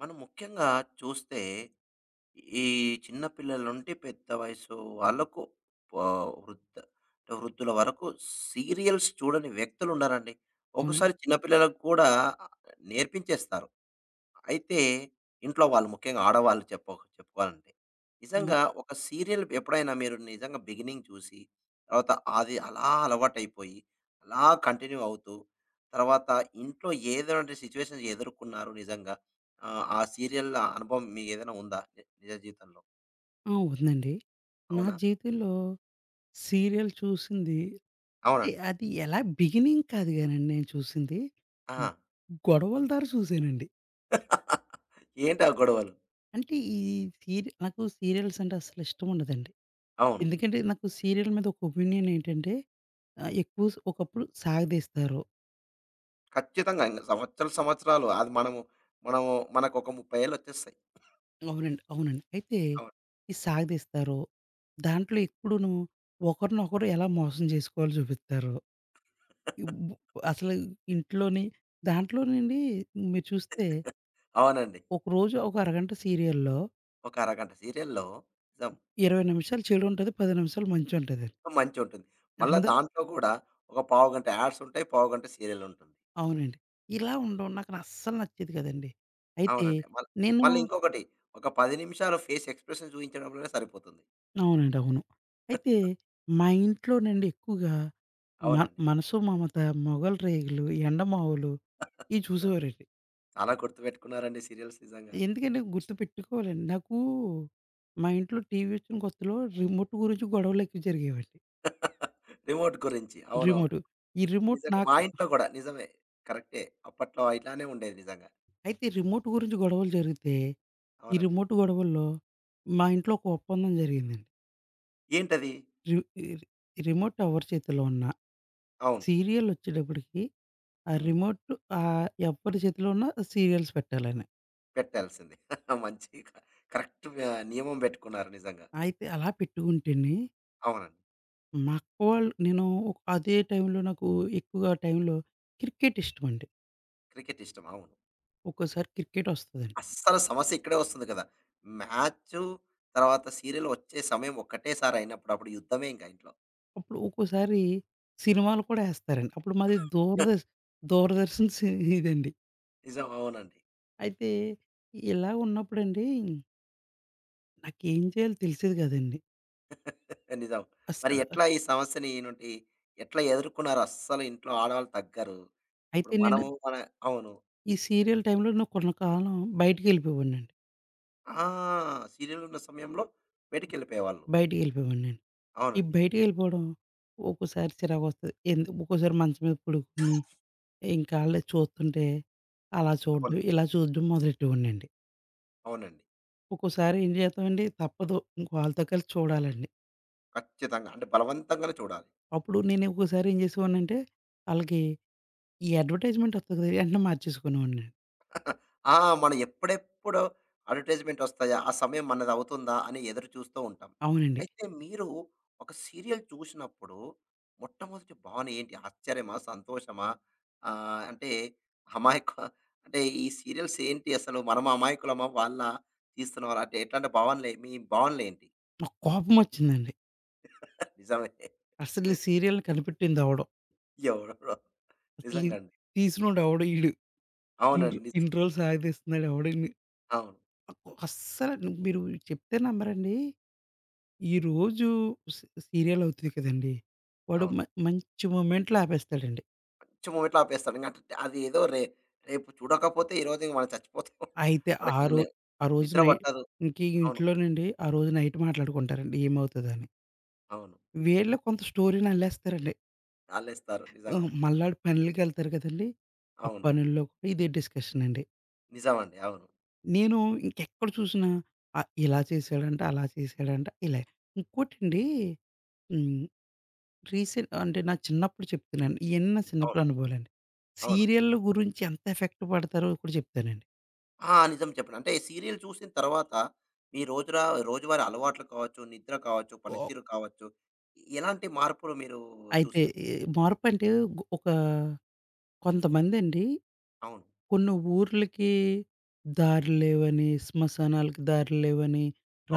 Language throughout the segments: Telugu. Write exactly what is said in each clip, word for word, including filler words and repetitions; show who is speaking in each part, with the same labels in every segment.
Speaker 1: మనం ముఖ్యంగా చూస్తే ఈ చిన్న పిల్లల నుండి పెద్ద వయసు వాళ్ళకు ప- వృద్ధ అంటే వృద్ధుల వరకు సీరియల్స్ చూడని వ్యక్తులు ఉన్నారండి.
Speaker 2: అవునండి.
Speaker 1: ఒకసారి చిన్నపిల్లలకు కూడా నేర్పించేస్తారు. అయితే ఇంట్లో వాళ్ళు ముఖ్యంగా ఆడవాళ్ళు చెప్ప చెప్పుకోవాలంటే.
Speaker 2: అవును.
Speaker 1: నిజంగా ఒక సీరియల్ ఎప్పుడైనా మీరు నిజంగా బిగినింగ్ చూసి, తర్వాత అది అలా అలవాటైపోయి, అలా కంటిన్యూ అవుతూ, తర్వాత ఇంట్లో ఏదోటి సిట్యుయేషన్స్ ఎదుర్కొన్నారు నిజంగా. ఆహ్, ఆ సీరియల్ అనుభవం మీకేదైనా ఉందా? ని నిజ జీవితంలో?
Speaker 2: ఆ! ఉందండి. నా
Speaker 1: అవునా?
Speaker 2: జీవితంలో సీరియల్ చూసింది అంటే
Speaker 1: అవునండి.
Speaker 2: అది ఎలా బిగినింగ్ కాదు గానండి, నేను చూసింది
Speaker 1: ఆ!
Speaker 2: గొడవల దాకా చూసానండి.
Speaker 1: ఏంటి ఆ గొడవలు?
Speaker 2: అంటే ఈ సీరి నాకు సీరియల్స్ అంటే అస్సలు ఇష్టం ఉండదండి.
Speaker 1: అవును.
Speaker 2: ఎందుకంటే నాకు సీరియల్ మీద ఒక ఒపీనియన్ ఏంటంటే ఆహ్, ఎక్కువ స్ ఒకప్పుడు సాగదీస్తారు.
Speaker 1: ఖచ్చితంగా ఇంక సంవత్సరాలు, సంవత్సరాలు అది మనము మనము మనకొక ముప్పై ఏళ్లొచ్చేస్తాయి.
Speaker 2: అవునండి. అవునండి. అయితే
Speaker 1: అవును.
Speaker 2: ఈ సాగదీస్తారు దాంట్లో ఎప్పుడూను ఒకరినొకరు ఎలా మోసం చేసుకోవాలో చూపిత్తారు. బు అసలు ఇంట్లోని దాంట్లోనండి మీరు చూస్తే,
Speaker 1: అవునండి.
Speaker 2: ఒకరోజు ఒక అరగంట సీరియల్‌లో
Speaker 1: ఒక అరగంట సీరియల్‌లో నిజం.
Speaker 2: ఇరవై నిమిషాలు చెడుంటది, పది నిమిషాలు మంచుంటదండి.
Speaker 1: మంచుంటుంది. మళ్ళా
Speaker 2: అందరూ
Speaker 1: దాంట్లో కూడా ఒక పావుగంట యాడ్స్ ఉంటాయి. పావుగంట సీరియల్ ఉంటుంది.
Speaker 2: అవునండి. ఇలా ఉండడం నాకు అస్సలు నచ్చేది కాదండి. అయితే
Speaker 1: అవునండి. మళ్
Speaker 2: నేను
Speaker 1: మళ్ళీ ఇంకొకటి ఒక పది నిమిషాలు ఫేస్ ఎక్స్‌ప్రెషన్ చూయించడంలోనే సరిపోతుంది.
Speaker 2: అవునండి. అవును. అయితే మా ఇంట్లోనండి ఎక్కువగా మ
Speaker 1: అవునండి.
Speaker 2: 'మనసు మమత', 'మొగల్ రేకులు', 'ఎండమావులు' ఇవి
Speaker 1: నిజం.
Speaker 2: చూసేవారండి.
Speaker 1: చాలా గుర్తుపెట్టుకున్నారండి సీరియల్స్ నిజంగా.
Speaker 2: ఎందుకంటే గుర్తుపెట్టుకోవాలండి. నాకు మా ఇంట్లో టీవీ వచ్చిన కొత్తలో రిమోట్ గురించి గొడవలు ఎక్కువ జరిగేవండి.
Speaker 1: రిమోట్ గురించి. అవునవును.
Speaker 2: రిమోట్. ఈ రిమోట్
Speaker 1: నిజంగా మా
Speaker 2: నాకు
Speaker 1: ఇంట్లో కూడా నిజమే. కరెక్టే. అప్పట్లో ఇట్లానే ఉండేది నిజంగా.
Speaker 2: అయితే రిమోట్ గురించి గొడవలు జరిగితే, ఈ
Speaker 1: అవునండి.
Speaker 2: రిమోట్ గొడవల్లో మా ఇంట్లో ఒక ఒప్పందం జరిగిందండి.
Speaker 1: ఏంటది?
Speaker 2: రి రి రిమోట్ ఎవరి చేతిలో ఉన్నా,
Speaker 1: అవును.
Speaker 2: సీరియలొచ్చేటప్పటికి ఆ
Speaker 1: హ్మ్.
Speaker 2: రిమోట్ ఆహ్, ఎవ్వరి చేతిలో ఉన్నా సీరియల్స్ పెట్టాలని.
Speaker 1: పెట్టాల్సిందే. మంచి క కరెక్ట్, ఆహ్, నియమం పెట్టుకున్నారు నిజంగా.
Speaker 2: అయితే అలా పెట్టుకుంటేనే
Speaker 1: అవునండి.
Speaker 2: మా అక్క వాళ్ళు నేను ఒక- అదే టైంలో నాకు ఎక్కువగా ఆ టైంలో క్రికెట్ ఇష్టమండి.
Speaker 1: క్రికెట్ ఇష్టం. అవును.
Speaker 2: ఒక్కోసారి క్రికెట్ వస్తదండి.
Speaker 1: అస్సలు సమస్య ఇక్కడే వస్తుంది కదా! మ్యాచు తర్వాత సీరియల్ వచ్చే సమయం ఒక్కటేసారి అయినప్పుడు అప్పుడు యుద్ధమే ఇంక ఇంట్లో.
Speaker 2: అప్పుడు ఒక్కోసారి సినిమాలు కూడా ఏస్తారండి. అప్పుడు మాది దూరదర్శ్ దూరదర్శన్ సి ఇదండి.
Speaker 1: నిజం. అవునండి.
Speaker 2: అయితే ఇలా ఉన్నప్పుడండి నాకేం చేయాలో తెలిసేది కాదండి.
Speaker 1: నిజం. మరి
Speaker 2: అస్సల.
Speaker 1: ఎట్లా ఈ సమస్యని నుండి ఎట్లా ఎదుర్కున్నారు? అస్సలు ఇంట్లో ఆడవాళ్ళు తగ్గరు. ఇప్పుడు
Speaker 2: అయితే నేను
Speaker 1: మనము మన అవును.
Speaker 2: ఈ సీరియల్ టైమ్‌లో నేను కొంతకాలం బయటికెళ్ళిపోయేవాడినండి.
Speaker 1: ఆ! సీరియల్ ఉన్న సమయంలో బయటికెళ్ళిపోయేవాళ్ళు.
Speaker 2: బయటికెళ్ళిపోయేవాడినండి. ఈ
Speaker 1: అవునండి.
Speaker 2: బయటికెళ్ళిపోవడం ఒక్కోసారి చిరాకొస్తది. ఎందు ఒక్కోసారి మంచం మీద పడుకొని ఇంకా ఆళ్ళే చూస్తుంటే అలా చూడడం,
Speaker 1: అవునండి.
Speaker 2: ఇలా చూడడం మొదలెట్టేవాడినండి.
Speaker 1: అవునండి.
Speaker 2: ఒక్కోసారి ఏం చేస్తామండి, తప్పదు. ఇంక వాళ్ళతో కలిసి చూడాలండి.
Speaker 1: ఖచ్చితంగా. అంటే బలవంతంగానే చూడాలి.
Speaker 2: అప్పుడు నేను ఒక్కోసారి ఏం చేసేవాడినంటే, ఆళ్ళకి ఈ అడ్వర్టైజ్‌మెంట్ వస్తది కదా! వెంటనే మార్చేసుకునేవాడినండి.
Speaker 1: ఆ! మనం ఎప్పుడెప్పుడు అడ్వర్టైజ్‌మెంట్ ఒస్తాయా? ఆ సమయం మనది అవుతుందా? అని ఎదురు చూస్తూ ఉంటాం.
Speaker 2: అవునండి.
Speaker 1: అయితే మీరు ఒక సీరియల్ చూసినప్పుడు మొట్టమొదటి భావన ఏంటి? ఆశ్చర్యమా? సంతోషమా? ఆహ్, అంటే అమాయక అంటే ఈ సీరియల్స్ ఏంటి అసలు? మనము అమాయకులమా? వాళ్ళా తీస్తున్నవారా? అంటే ఎట్లాంటి భావనలే మీ భావనలేంటి?
Speaker 2: నాకు కోపమొచ్చిందండి.
Speaker 1: నిజమే.
Speaker 2: అసలు సీరియల్‌ని కనిపెట్టిందెవడో?
Speaker 1: ఎవరో
Speaker 2: అసలు
Speaker 1: నిజంగండి.
Speaker 2: తీసినోడెవడు? ఈడు. ఇన్ని
Speaker 1: అవునండి. నిజ్
Speaker 2: ఇన్ని రోజులు సాగదీస్తున్నాడెవడని,
Speaker 1: అవును.
Speaker 2: నాకు అస్సల, మీరు చెప్తే నమ్మరండి. ఈరోజు సీ సీరియల్ అవుతది కదండీ! వాడు
Speaker 1: అవును.
Speaker 2: మ మంచి మొమెంట్‌లో ఆపేస్తాడండి.
Speaker 1: పిచ్చి మూమెంట్‌లో ఆపేస్తాడు. ఇంక అట్ అది ఏదో రే రేపు చూడకపోతే ఈరోజు ఇంక మనం చచ్చిపోతాం.
Speaker 2: అయితే
Speaker 1: మనకి
Speaker 2: ఆ
Speaker 1: ఇంక
Speaker 2: రో
Speaker 1: నే
Speaker 2: ఆ రోజు
Speaker 1: నిద్ర
Speaker 2: నై
Speaker 1: పట్టదు.
Speaker 2: ఇంక
Speaker 1: అవును.
Speaker 2: ఇంట్లోనండి ఆ రోజు నైట్ మాట్లాడుకుంటారండి ఏమవుతదని.
Speaker 1: అవును.
Speaker 2: వీళ్ళు కొంత స్టోరీని అల్లేస్తారండి.
Speaker 1: ఆళ్ళేస్తారు
Speaker 2: ఆహ్,
Speaker 1: నిజంగా.
Speaker 2: మళ్ళాడు పనులకెళ్తారు కదండీ! ఆ
Speaker 1: అవును.
Speaker 2: పనుల్లో కూడా ఇదే డిస్కషన్ అండి.
Speaker 1: నిజమండి. అవును.
Speaker 2: నేను ఇంకెక్కడ చూసినా ఆహ్, ఇలా చేశాడంట, అలా చేశాడంట, ఇలా. ఇంకోటండి, హ్మ్. రీసెంట్ అంటే, నా చిన్నప్పుడు చెప్తున్నాను. ఇయన్నీ నా చిన్నప్పుడు
Speaker 1: అవును.
Speaker 2: అనుభవాలండి.
Speaker 1: అవును.
Speaker 2: సీరియల్‌ల గురించి ఎంత ఎఫెక్ట్ పడతారో కూడా చెప్తానండి.
Speaker 1: ఆ! నిజం చెప్పండి. అంటే సీరియల్ చూసిన తర్వాత మీ రోజురా రోజువారీ అలవాట్లు కావచ్చు, నిద్ర కావచ్చు,
Speaker 2: ఓహ్!
Speaker 1: పనితీరు కావచ్చు, ఎలాంటి మార్పులు మీరు
Speaker 2: అయితే
Speaker 1: చూసారు?
Speaker 2: ఈ మార్పంటే, ఒక కొంతమందండి
Speaker 1: అవును.
Speaker 2: కొన్ని ఊర్లకి దారులు లేవని, శ్మశానాలకి దారులు లేవని,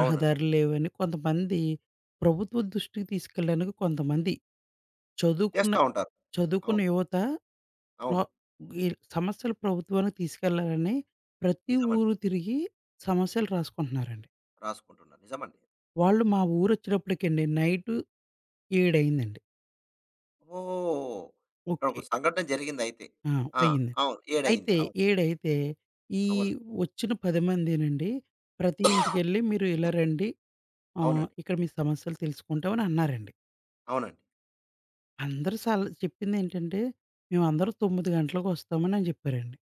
Speaker 1: అవునండి.
Speaker 2: లేవని, కొంతమంది ప్రభుత్వ దృష్టికి తీసుకెళ్ళడానికి కొంతమంది చదువుకున్న
Speaker 1: చేస్తా ఉంటారు. అవును.
Speaker 2: చదువుకున్న యువత ప్ర
Speaker 1: అవును.
Speaker 2: ఈ సమస్యలు ప్రభుత్వానికి తీసుకెళ్లాలని ప్రతి
Speaker 1: నిజమండి.
Speaker 2: ఊరు తిరిగి సమస్యలు రాసుకుంటున్నారండి.
Speaker 1: రాసుకుంటున్నారు. నిజమండి.
Speaker 2: వాళ్ళు మా ఊరొచ్చేటప్పటికండి నైటు ఏడు అయిందండి.
Speaker 1: ఓహ్!
Speaker 2: ఓకే.
Speaker 1: ఇక్కడొక సంఘటన జరిగిందయితే.
Speaker 2: ఆ!
Speaker 1: ఆ!
Speaker 2: అయింది.
Speaker 1: అవును. ఏడయింది.
Speaker 2: అయితే
Speaker 1: అవును.
Speaker 2: ఏడు అయితే ఈ
Speaker 1: అవును.
Speaker 2: వచ్చిన పది మందేనండి ప్రతి ఇంటికెళ్ళి, మీరు ఇలా రండి, ఆహ్,
Speaker 1: అవునండి.
Speaker 2: ఇక్కడ మీ సమస్యలు తెలుసుకుంటామని అన్నారండి.
Speaker 1: అవునండి.
Speaker 2: అందరూ సల చెప్పిందేంటంటే,
Speaker 1: అవును.
Speaker 2: మేమందరూ తొమ్మిది గంటలకొస్తామని అని చెప్పారండి.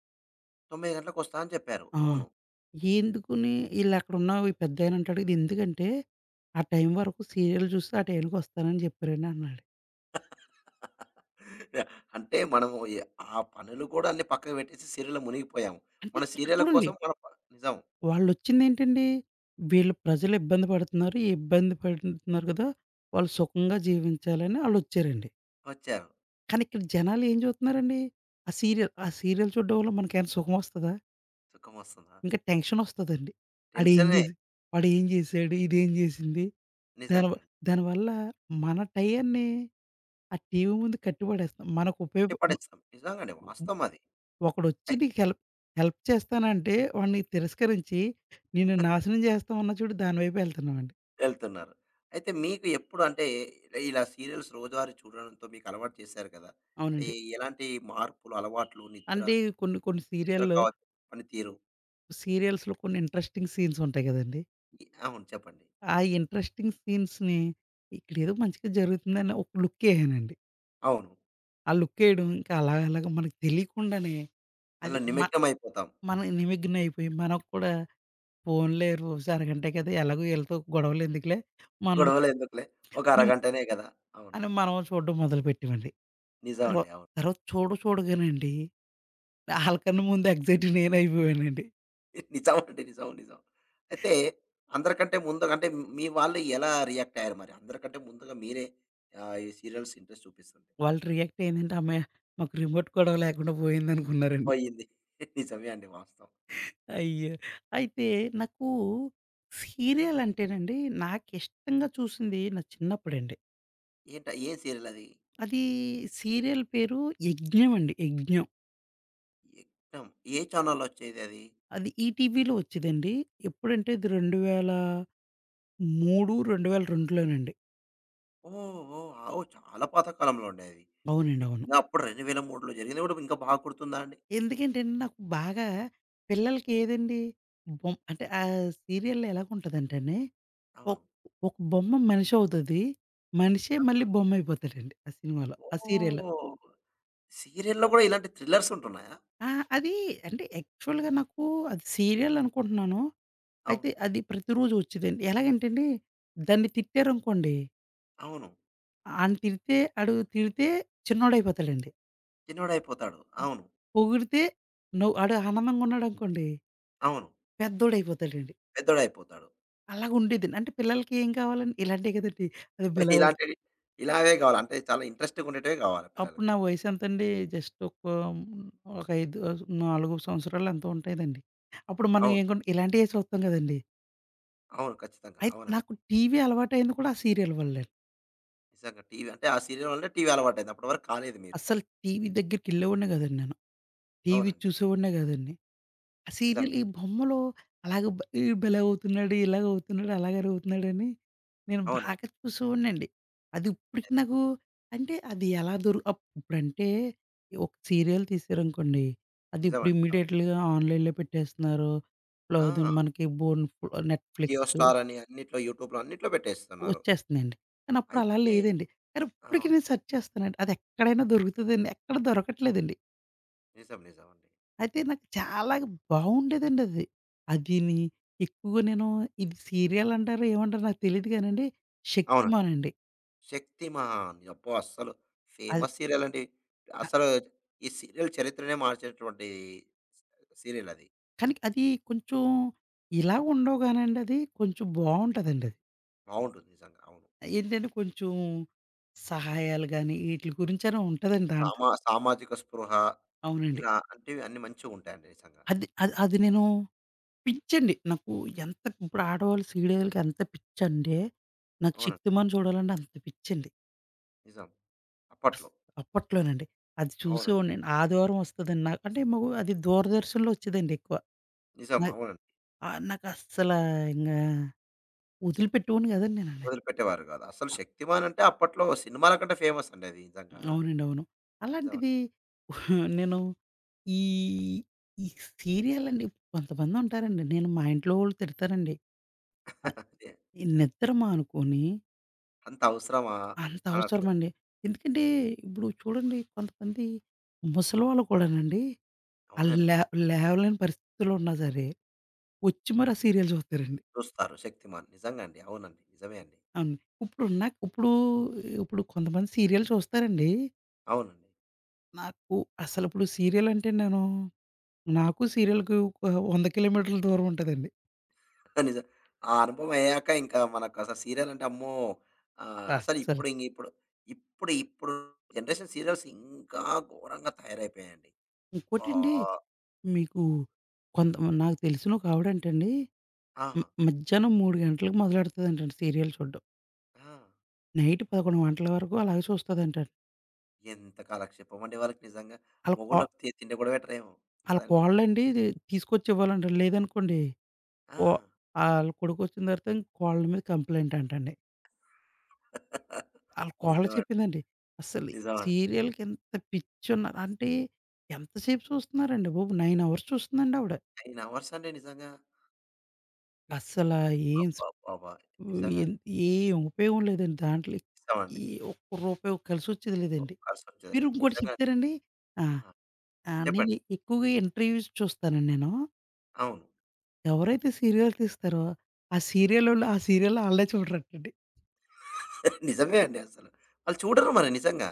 Speaker 1: తొమ్మిది గంటలకొస్తా అని చెప్పారు.
Speaker 2: ఆ!
Speaker 1: అవును.
Speaker 2: ఎందుకుని ఈళ్ళక్కడున్న ఈ పెద్దాయన అంటాడు, "ఇదెందుకంటే, ఆ టైం వరకు సీరియల్ చూసి ఆ టైంకొస్తానని చెప్పారండి" అన్నాడు.
Speaker 1: అంటే మనము ఎ ఆ పనులు కూడా అన్ని పక్కకు పెట్టేసి సీరియల్‌లో మునిగిపోయాము.
Speaker 2: అంటే
Speaker 1: మన
Speaker 2: ఇక్కడ
Speaker 1: సీరియల్‌ల
Speaker 2: చూడండి,
Speaker 1: కోసం మన ప నిజం.
Speaker 2: వాళ్ళొచ్చిందేంటండి, వీళ్ళు ప్రజలు ఇబ్బంది పడుతున్నారు, ఈ ఇబ్బంది పడుతున్నారు కదా, వాళ్ళు సుఖంగా జీవించాలని ఆళ్ళొచ్చారండి.
Speaker 1: వచ్చారు.
Speaker 2: కానీ ఇక్కడ జనాలేం చూత్తున్నారండి, ఆ సీరియల్. ఆ సీరియల్ చూడడం వల్ల మనకేమైనా సుఖమొస్తదా?
Speaker 1: సుఖమొస్తుందా?
Speaker 2: ఇంకా టెన్షనొస్తదండి. ఆడేం
Speaker 1: టెన్షనే.
Speaker 2: చేసి వాడేం చేశాడు, ఇదేం చేసింది, దానివ
Speaker 1: నిజంగా.
Speaker 2: దానివల్ల మన టయాన్ని ఆ టీవీ ముందు కట్టిపడేస్తాం. మనకు ఉపయోగ
Speaker 1: కొట్టి పడేస్తాం. నిజంగానే వాస్తవం అది.
Speaker 2: ఒకడొచ్చి
Speaker 1: అయి
Speaker 2: నీకు హెల్ప్ హెల్ప్ చేస్తానంటే వాడిని తిరస్కరించి, నిన్ను నాశనం చేస్తాం అన్నా చూడు దాని వైపే వెళ్తున్నామండి.
Speaker 1: వెళ్తున్నారు. అయితే మీకు ఎప్పుడు అంటే ఇలా సీరియల్స్ రోజువారీ చూడడంతో మీకు అలవాటు చేశారు కదా! ఎ
Speaker 2: అవునండి.
Speaker 1: ఎలాంటి మార్పులు, అలవాట్లు, నిద్ర.
Speaker 2: అంటే కొన్ని కొన్ని
Speaker 1: నిద్ర
Speaker 2: సీరియల్‌లో
Speaker 1: కావచ్చు, పనితీరు.
Speaker 2: సీరియల్స్‌లో కొన్ని ఇంట్రెస్టింగ్ సీన్స్ ఉంటాయి కదండీ!
Speaker 1: ఇ అవును. చెప్పండి.
Speaker 2: ఆ ఇంట్రెస్టింగ్ సీన్స్‌ని ఇక్కడేదో మంచిగా జరుగుతుందని ఒక లుక్కేయానండి.
Speaker 1: అవును.
Speaker 2: ఆ లుక్కేయడం ఇంకా అలా అలాగా మనకు తెలియకుండానే అది
Speaker 1: దాంట్లో
Speaker 2: మ
Speaker 1: నిమగ్నమైపోతాం.
Speaker 2: మనం నిమగ్నం అయిపోయి మనకు కూడా, పోన్లే రోజు అరగంటే కదా, ఎలాగో ఈళ్ళతో గొడవలెందుకులే మనం
Speaker 1: గొడవలెందుకులే, ఒక అరగంటనే గదా! అవును.
Speaker 2: అని మనం చూడడం మొదలుపెట్టామండి. మొ
Speaker 1: నిజమండి. అవును.
Speaker 2: తర్వాత చూడ చూడగానండి ఆళ్ళకన్నా ముందు ఎక్సైట్ నేనయిపోయానండి.
Speaker 1: నిజమండి. నిజం. నిజం. అయితే అందరికంటే ముందుగా అంటే మీ వాళ్ళు ఎలా రియాక్ట్ అయ్యారు మరి? అందరికంటే ముందుగా మీరే ఆహ్, ఈ సీరియల్స్ ఇంట్రెస్ట్ చూపిస్తుంటే.
Speaker 2: వాళ్ళ రియాక్ట్ ఏందంటే, "అమ్మయ్య! మాకు రిమోట్ కూడా లేకుండా పోయిందనుకున్నారండి."
Speaker 1: పోయింది. నిజమే అండి వాస్తవం.
Speaker 2: అయ్యో! అయితే నాకు సీరియల్ అంటేనండి నాకిష్టంగా చూసింది నా చిన్నప్పుడండి.
Speaker 1: ఏంట ఏం సీరియల్ అది?
Speaker 2: అది సీరియల్ పేరు 'యజ్ఞం' అండి, 'యజ్ఞం.'
Speaker 1: యజ్ఞం. ఏ ఛానెల్‌లో వచ్చేదది?
Speaker 2: అది ఈటీవీలో వచ్చేదండి. ఎప్పుడంటే ఇది రెండు వేల మూడు, 2002లోనండి.
Speaker 1: ఓహ్! ఓహ్! ఆ! ఓహ్! చాలా పాత కాలంలో అండి అది.
Speaker 2: అవునండి. అవును.
Speaker 1: మీకింకా అప్పుడు 2003లో జరిగింది గూడా ఇంకా బాగా గుర్తుందా అండి?
Speaker 2: ఎందుకంటేండి నాకు బాగా పిల్లలకి ఏదండి బొమ్ అంటే ఆ సీరియల్‌లో ఎలాగుంటదంటేనే,
Speaker 1: అవును.
Speaker 2: ఒక్ ఒక బొమ్మ మనిషి అవుతది. మనిషే మళ్ళీ బొమ్మ అయిపోతాడండి ఆ సినిమాలో, ఆ సీరియల్‌లో.
Speaker 1: ఓహ్! సీరియల్‌లో గూడా ఇలాంటి థ్రిల్లర్స్ ఉంటున్నాయా?
Speaker 2: ఆ! అది అంటే యాక్చువల్‌గా నాకు అది సీరియల్ అనుకుంటున్నాను. అయితే
Speaker 1: అవును.
Speaker 2: అది ప్రతిరోజు వచ్చేదండి. ఎలాగంటేండి, దాన్ని తిట్టారనుకోండి,
Speaker 1: అవును.
Speaker 2: ఆడిని తిడితే ఆడు తిడితే చిన్నోడయిపోతాడండి.
Speaker 1: చిన్నోడయిపోతాడు. అవును.
Speaker 2: పొగిడితే నవ్వు ఆడు ఆనందంగా ఉన్నాడనుకోండి,
Speaker 1: అవును.
Speaker 2: పెద్దోడయిపోతాడండి.
Speaker 1: పెద్దోడయిపోతాడు.
Speaker 2: అలాగుండేది. అంటే పిల్లలకి ఏం కావాలండి? ఇలాంటియి కదండీ! అది భలే అవుద్ది.
Speaker 1: ఇలాంటివి ఇలాగే గావాలి. అంటే చాలా ఇంట్రెస్టింగ్‌గా ఉండేటివే గావాలి పిల్లలకు.
Speaker 2: అప్పుడు నా వయసెంతండి? జస్ట్ ఒక ఒక అయిదు ఆహ్, నాలుగు సంవత్సరాలు ఎంతో ఉంటాయిదండి. అప్పుడు మనం
Speaker 1: అవును.
Speaker 2: ఏం కొన్ ఇలాంటియే చూస్తాం కదండీ!
Speaker 1: అవును. ఖచ్చితంగా.
Speaker 2: అయితే
Speaker 1: అవునండి.
Speaker 2: నాకు టీవీ అలవాటయింది కూడా ఆ సీరియల్ వల్లే.
Speaker 1: నిజంగా టీవీ అంటే ఆ సీరియల్ వల్లే టీవీ అలవాటయింది. అప్పటి వరకు కాలేదు మీరు.
Speaker 2: అస్సలు టీవీ దగ్గరికెళ్ళేవాడినే కాదండి నేను. టీవీ
Speaker 1: అవునండి.
Speaker 2: చూసేవాడినే కాదండి. ఆ సీరియల్
Speaker 1: నిజంగా.
Speaker 2: ఈ బొమ్మలో అలాగ బ ఈడు భలేవావుతున్నాడు, ఇలాగవుతున్నాడు, అలాగరవుతున్నాడని నేను బాగా
Speaker 1: అవునండి.
Speaker 2: చూసేవాడినండి. అది ఇప్పటికి
Speaker 1: అదే.
Speaker 2: నాకు, అంటే అది ఎలా దొరు అప్ ఇప్పుడంటే ఒక సీరియల్ తీశారనుకోండి, అది ఇప్పుడు
Speaker 1: నిజమండి. అవును.
Speaker 2: ఇమ్మీడియేట్‌లీగా ఆన్‌లైన్‌లో పెట్టేస్తున్నారు. లేదు
Speaker 1: ఆ!
Speaker 2: మనకి బోన్
Speaker 1: జియో
Speaker 2: నెట్‌ఫ్లిక్స్
Speaker 1: స్టార్ అని అన్నిట్లో యూట్యూబ్‌లో అన్నిట్లో పెట్టేస్తున్నారు.
Speaker 2: వచ్చేస్తుందండి. కానీ అప్పుడు అలా
Speaker 1: అయితే
Speaker 2: లేదండి. కానీ ఇప్పటికి
Speaker 1: అవును.
Speaker 2: నేను సెర్చ్ చేస్తానండి. అది ఎక్కడైనా దొరుకుతదండి. ఎక్కడ దొరకట్లేదండి.
Speaker 1: నిజం. నిజమండి.
Speaker 2: అయితే నాకు చాలా బావుండేదండది. అదిని ఎక్కువగా నేను ఇది సీరియల్ అంటారో ఏమంటారో నాకు తెలీదు గానండి,
Speaker 1: అవును.
Speaker 2: 'శక్తిమాన్' అండి.
Speaker 1: శక్తిమాన్. అబ్బో! అస్సలు
Speaker 2: అది
Speaker 1: ఫేమస్ సీరియల్ అండి.
Speaker 2: ఆహ్,
Speaker 1: అసలు ఈ సీరియల్ చరిత్రనే మార్చేటువంటి సీరియల్ అది.
Speaker 2: కానీ అది కొంచెం ఇలా ఉండవు గానండి, అది కొంచెం బావుంటదండది.
Speaker 1: బావుంటుంది నిజంగా. అవును.
Speaker 2: ఏంటంటే కొంచెం సహాయాలు గాని ఈట్లి గురించైనా ఉంటదండి దాంట్లో.
Speaker 1: సామా సామాజిక స్పృహ
Speaker 2: అవునండి.
Speaker 1: ఇలా అంటివి అన్నీ మంచిగుంటాయండి నిజంగా.
Speaker 2: అది అది అది నేను పిచ్చండి. నాకు ఎంత, ఇప్పుడు ఆడవాళ్ళు సీరియల్‌కి ఎంత పిచ్చంటే, నాకు
Speaker 1: అవునండి.
Speaker 2: 'శక్తిమాన్' చూడాలంటే అంత పిచ్చండి.
Speaker 1: నిజం. అప్పట్లో.
Speaker 2: అప్పట్లోనండి. అది
Speaker 1: అవునండి.
Speaker 2: చూసేవాడినండి. ఆదివారం వస్తదండి నాకు. అంటే మాకు అది దూరదర్శన్‌లో వచ్చేదండి ఎక్కువ.
Speaker 1: నిజం.
Speaker 2: నాక్
Speaker 1: అవునండి.
Speaker 2: ఆహ్, నాకస్సలా ఇంగా వదిలిపెట్టేవాడిని కాదండి నేనది.
Speaker 1: వదిలిపెట్టేవారు కాదు. అసలు
Speaker 2: అ
Speaker 1: 'శక్తిమాన్' అంటే అప్పట్లో సినిమాల కంటే ఫేమస్ అండి అది నిజంగా.
Speaker 2: అవునండి. అవును.
Speaker 1: నిజం.
Speaker 2: అలాంటిది నేను ఈ, ఈ సీరియలండి కొంతమందుంటారండి. నేను మా ఇంట్లో వాళ్ళు తిడతారండి.
Speaker 1: అదే.
Speaker 2: ఈ నిద్ర మానుకొని
Speaker 1: అంత అవసరమా?
Speaker 2: అంత
Speaker 1: అన్నట్లు.
Speaker 2: అవసరమండి. ఎందుకంటే ఇప్పుడు చూడండి, కొంతమంది ముసలోళ్ళు కూడానండి, ఆళ్ళు
Speaker 1: అవునండి.
Speaker 2: లే లేవలేని పరిస్థితుల్లో ఉన్నా సరే వచ్చి మరి ఆ సీరియల్ చూస్తారండి.
Speaker 1: చూస్తారు 'శక్తిమాన్.' నిజంగా అండి. అవునండి. నిజమే అండి.
Speaker 2: అవును. ఇప్పుడున్న ఇప్పుడు ఇప్పుడు కొంతమంది సీరియల్ చూస్తారండి.
Speaker 1: అవునండి.
Speaker 2: నాకు అసలిప్పుడు సీరియల్ అంటే నేను, నాకు సీరియల్‌కి ఒక వంద కిలోమీటర్ల దూరం ఉంటదండి.
Speaker 1: నిజం. ఆ అనుభవం అయ్యాక ఇంకా మనకసలు సీరియలంటే అమ్మో! ఆహ్,
Speaker 2: అస్
Speaker 1: అసలు
Speaker 2: అసలు.
Speaker 1: ఇప్పుడు ఇంగ ఇప్పుడు, ఇప్పుడు ఇప్పుడు జనరేషన్ సీరియల్స్ ఇంకా ఘోరంగా తయారైపోయాయండి. వా
Speaker 2: ఇంకోటండి, మీకు కొంత, నాకు తెలిసిన ఒక ఆవిడంటండి
Speaker 1: ఆ!
Speaker 2: మ్ మధ్యాహ్నం మూడు గంటలకు మొదలెడతదంటండి సీరియల్ చూడడం.
Speaker 1: ఆ!
Speaker 2: నైట్ పదకొండు గంటల వరకు అలాగే చూస్తదంటండి.
Speaker 1: ఎంత కాలక్షేపం అండి వాళ్ళకి నిజంగా.
Speaker 2: ఆళ్ళ కో
Speaker 1: మొగోళ్ళకి తి తిండి కూడా పెట్టరేమో
Speaker 2: ఆళ్ళ
Speaker 1: కదండీ!
Speaker 2: కోడలండి తీసుకొచ్చి ఇవ్వాలంటండి. లేదనుకోండి,
Speaker 1: ఆ!
Speaker 2: ఓ ఆళ్ళ కొడుకొచ్చిన తర్వాత ఇంక కోడల మీద కంప్లెయింట్ అంటండి. ఆళ్ళ కోడలు
Speaker 1: నిజమండి.
Speaker 2: చెప్పిందండి. అసలు
Speaker 1: నిజమండి.
Speaker 2: సీరియల్‌కి ఇంత పిచ్చున్నారు. అంటే ఎంతసేపు చూస్తున్నారండి బాబు! తొమ్మిది అవర్స్ చూస్తుందండి ఆవిడ.
Speaker 1: తొమ్మిది అవర్స్ అండి నిజంగా.
Speaker 2: అస్సలా ఏం స్
Speaker 1: అబ్బబ్బబ్బా! నిజంగా
Speaker 2: ఏం ఏం ఉపయోగం లేదండి దాంట్లో.
Speaker 1: నిజమండి.
Speaker 2: ఈ ఒక్క రూపాయి కలిసొచ్చేది
Speaker 1: ఓ
Speaker 2: లేదండి.
Speaker 1: కలిసొచ్చేది
Speaker 2: మీరు ఇంకోటి
Speaker 1: నిజంగా.
Speaker 2: చెప్తారండి. ఆ!
Speaker 1: ఆ!
Speaker 2: ఆహ్, నేను
Speaker 1: చెప్పండి.
Speaker 2: ఎక్కువగా ఇంటర్వ్యూస్ చూస్తానండి నేను.
Speaker 1: అవును.
Speaker 2: ఎవరైతే సీరియల్ తీస్తారో, ఆ సీరియలోళ్ళు ఆ సీరియల్ ఆళ్ళే చూడరటండి.
Speaker 1: నిజమే అండి అసలు. వాళ్ళు చూడరు మరి నిజంగా.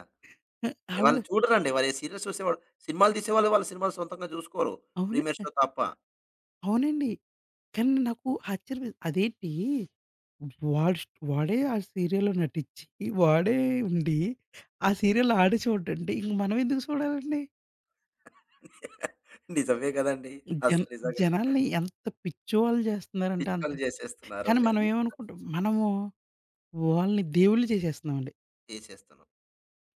Speaker 1: వాళ్ళు
Speaker 2: ఆళ్ళు
Speaker 1: చూడరండి. మరి సీరియల్స్ చూసేవాళ్ళు సినిమాలు తీసేవాళ్ళు వాళ్ళు సినిమాలు సొంతంగా చూసుకోరు.
Speaker 2: అవును.
Speaker 1: ప్రీమియర్ షో తప్ప.
Speaker 2: అవునండి. కానీ నాకు ఆశ్చర్యమేసి అదేంటి, వాడు స్ట్ వాడే ఆ సీరియల్‌లో నటిచ్చి, వాడే ఉండి, ఆ సీరియల్ ఆడే చూడండి. ఇంక మనం ఎందుకు చూడాలండి?
Speaker 1: నిజమే గదండీ!
Speaker 2: జన
Speaker 1: అసలు నిజంగా
Speaker 2: జనాల్ని ఎంత పిచ్చోళ్ళు చేస్తున్నారంటే అంత
Speaker 1: పిచ్చోళ్ళు
Speaker 2: పిచ్చి.
Speaker 1: చేసేస్తున్నారు.
Speaker 2: కానీ మనం
Speaker 1: అన్నీ
Speaker 2: ఏమనుకుంటాం, మనము వాళ్ళని దేవుళ్ళు చేసేస్తున్నామండి.
Speaker 1: చేసేస్తున్నాం.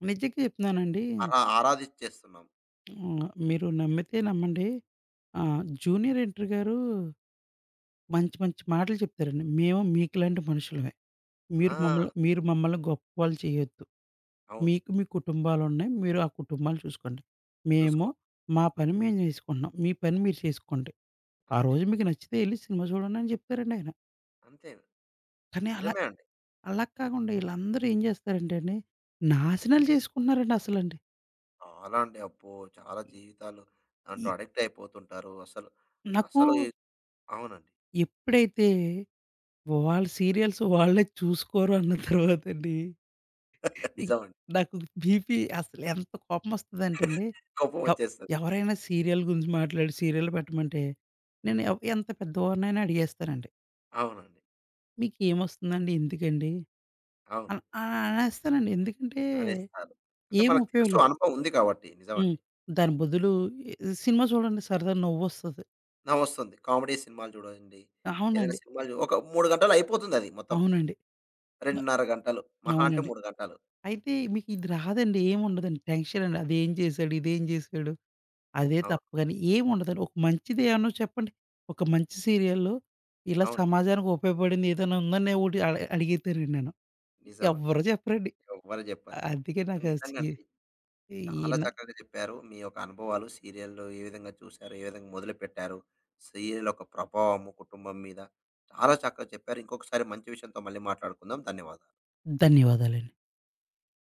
Speaker 2: నిజంగా చెప్తున్నానండి.
Speaker 1: ఆరా ఆరాధిచ్చేస్తున్నాం.
Speaker 2: ఆహ్, మీరు నమ్మితే నమ్మండి. ఆహ్, జూనియర్ ఎన్‌టిఆర్ గారు మంచి మంచి మాటలు చెప్తారండి. మేము మీకులాంటి మనుషులమే. మీరు
Speaker 1: ఆ!
Speaker 2: మమ్మల్ని మీరు మమ్మల్ని గొప్పవాళ్ళు చేయొద్దు.
Speaker 1: అవును.
Speaker 2: మీకు మీ కుటుంబాలున్నాయి. మీరు ఆ కుటుంబాలు చూసుకోండి. మేము
Speaker 1: చూసుకోవడం.
Speaker 2: మా పని మేము జేసుకుంటున్నాం. మీ పని మీరు చేసుకోండి. ఆ
Speaker 1: అంతే.
Speaker 2: రోజు మీకు నచ్చితే ఎళ్లి సినిమా చూడండి అని చెప్తారండి ఆయన.
Speaker 1: అంతే.
Speaker 2: కానీ అలా
Speaker 1: నిజమే అండి.
Speaker 2: అలా కాకుండా ఈళ్ళందరూ ఏం జేస్తారంటే అండి, నాశనాలు చేసుకుంటున్నారండి అసలండి.
Speaker 1: చాలా అండి. అబ్బో! చాలా జీవితాలు దాంట్లో
Speaker 2: ఈ
Speaker 1: అడిక్ట్ అయిపోతుంటారు. అసలు,
Speaker 2: నాకు
Speaker 1: అసలు ఈ అవునండి.
Speaker 2: ఎప్పుడైతే వాళ్ళ సీరియల్స్ వాళ్ళే చూసుకోరు అన్న తర్వాతండి, ఇంక
Speaker 1: నిజమండి.
Speaker 2: నాకు బీపీ అసలు ఎంత కోపమొస్తదంటే అండి,
Speaker 1: కోపం
Speaker 2: ఎవ్
Speaker 1: వచ్చేస్తది.
Speaker 2: ఎవరైనా సీరియల్ గురించి మాట్లాడి సీరియల్ పెట్టమంటే, నేను ఎవ్ ఎంత పెద్దవాడినైనా అడిగేస్తానండి.
Speaker 1: అవునండి.
Speaker 2: "మీకేమొస్తుందండి? ఎందుకండి?"
Speaker 1: అవును.
Speaker 2: అన్ అని అనేస్తానండి. ఎందుకంటే,
Speaker 1: అనేస్తారు. అంటే
Speaker 2: ఏం
Speaker 1: మనకు
Speaker 2: ఉపయోగం
Speaker 1: తెలుసు
Speaker 2: లేదు.
Speaker 1: అనుభవం ఉంది కాబట్టి.
Speaker 2: హ్మ్.
Speaker 1: నిజమండి.
Speaker 2: దాని బదులు ఎ సినిమా చూడండి, సరదా, నవ్వొస్తది.
Speaker 1: ఆ! వస్తుంది. కామెడీ సినిమాలు చూడండి. ఏదైనా
Speaker 2: అవునండి.
Speaker 1: సినిమాలు చూ ఒక మూడు గంటలు అయిపోతుందది మొత్తం.
Speaker 2: అవునండి.
Speaker 1: రెండున్నర గంటలు.
Speaker 2: న
Speaker 1: మహా అంటే
Speaker 2: అవునండి.
Speaker 1: మూడు గంటలు.
Speaker 2: అయితే, మీకిది రాదండి. ఏముండదండి. టెన్షన్ అండి. అదేం చేశాడు? ఇదేం చేశాడు? అదే తప్పు
Speaker 1: అవును.
Speaker 2: గాని ఏముండదండి. ఒక మంచిదేమన్నా చెప్పండి. ఒక మంచి సీరియల్లు ఇలా
Speaker 1: అవును.
Speaker 2: సమాజానికి ఉపయోగపడింది ఏదైనా ఉందని నేను ఒకటి అడ అడిగితేనండి నేను.
Speaker 1: నిజమండి.
Speaker 2: ఎవ్వరు చెప్పరండి.
Speaker 1: ఎవ్వరు చెప్పరండి.
Speaker 2: అందుకే నాకు ఆ సీ
Speaker 1: నిజంగండి. చాలా
Speaker 2: ఈన
Speaker 1: చక్కగా చెప్పారు. మీ యొక్క అనుభవాలు సీరియల్‌లు ఏ విధంగా చూసారు? ఏ విధంగా మొదలుపెట్టారు? సీరియల్ యొక్క ప్రభావము కుటుంబం మీద చాలా చక్కగా చెప్పారు. ఇంకొకసారి మంచి విషయంతో మళ్ళీ మాట్లాడుకుందాం. ధన్యవాదాలు.
Speaker 2: ధన్యవాదాలండి.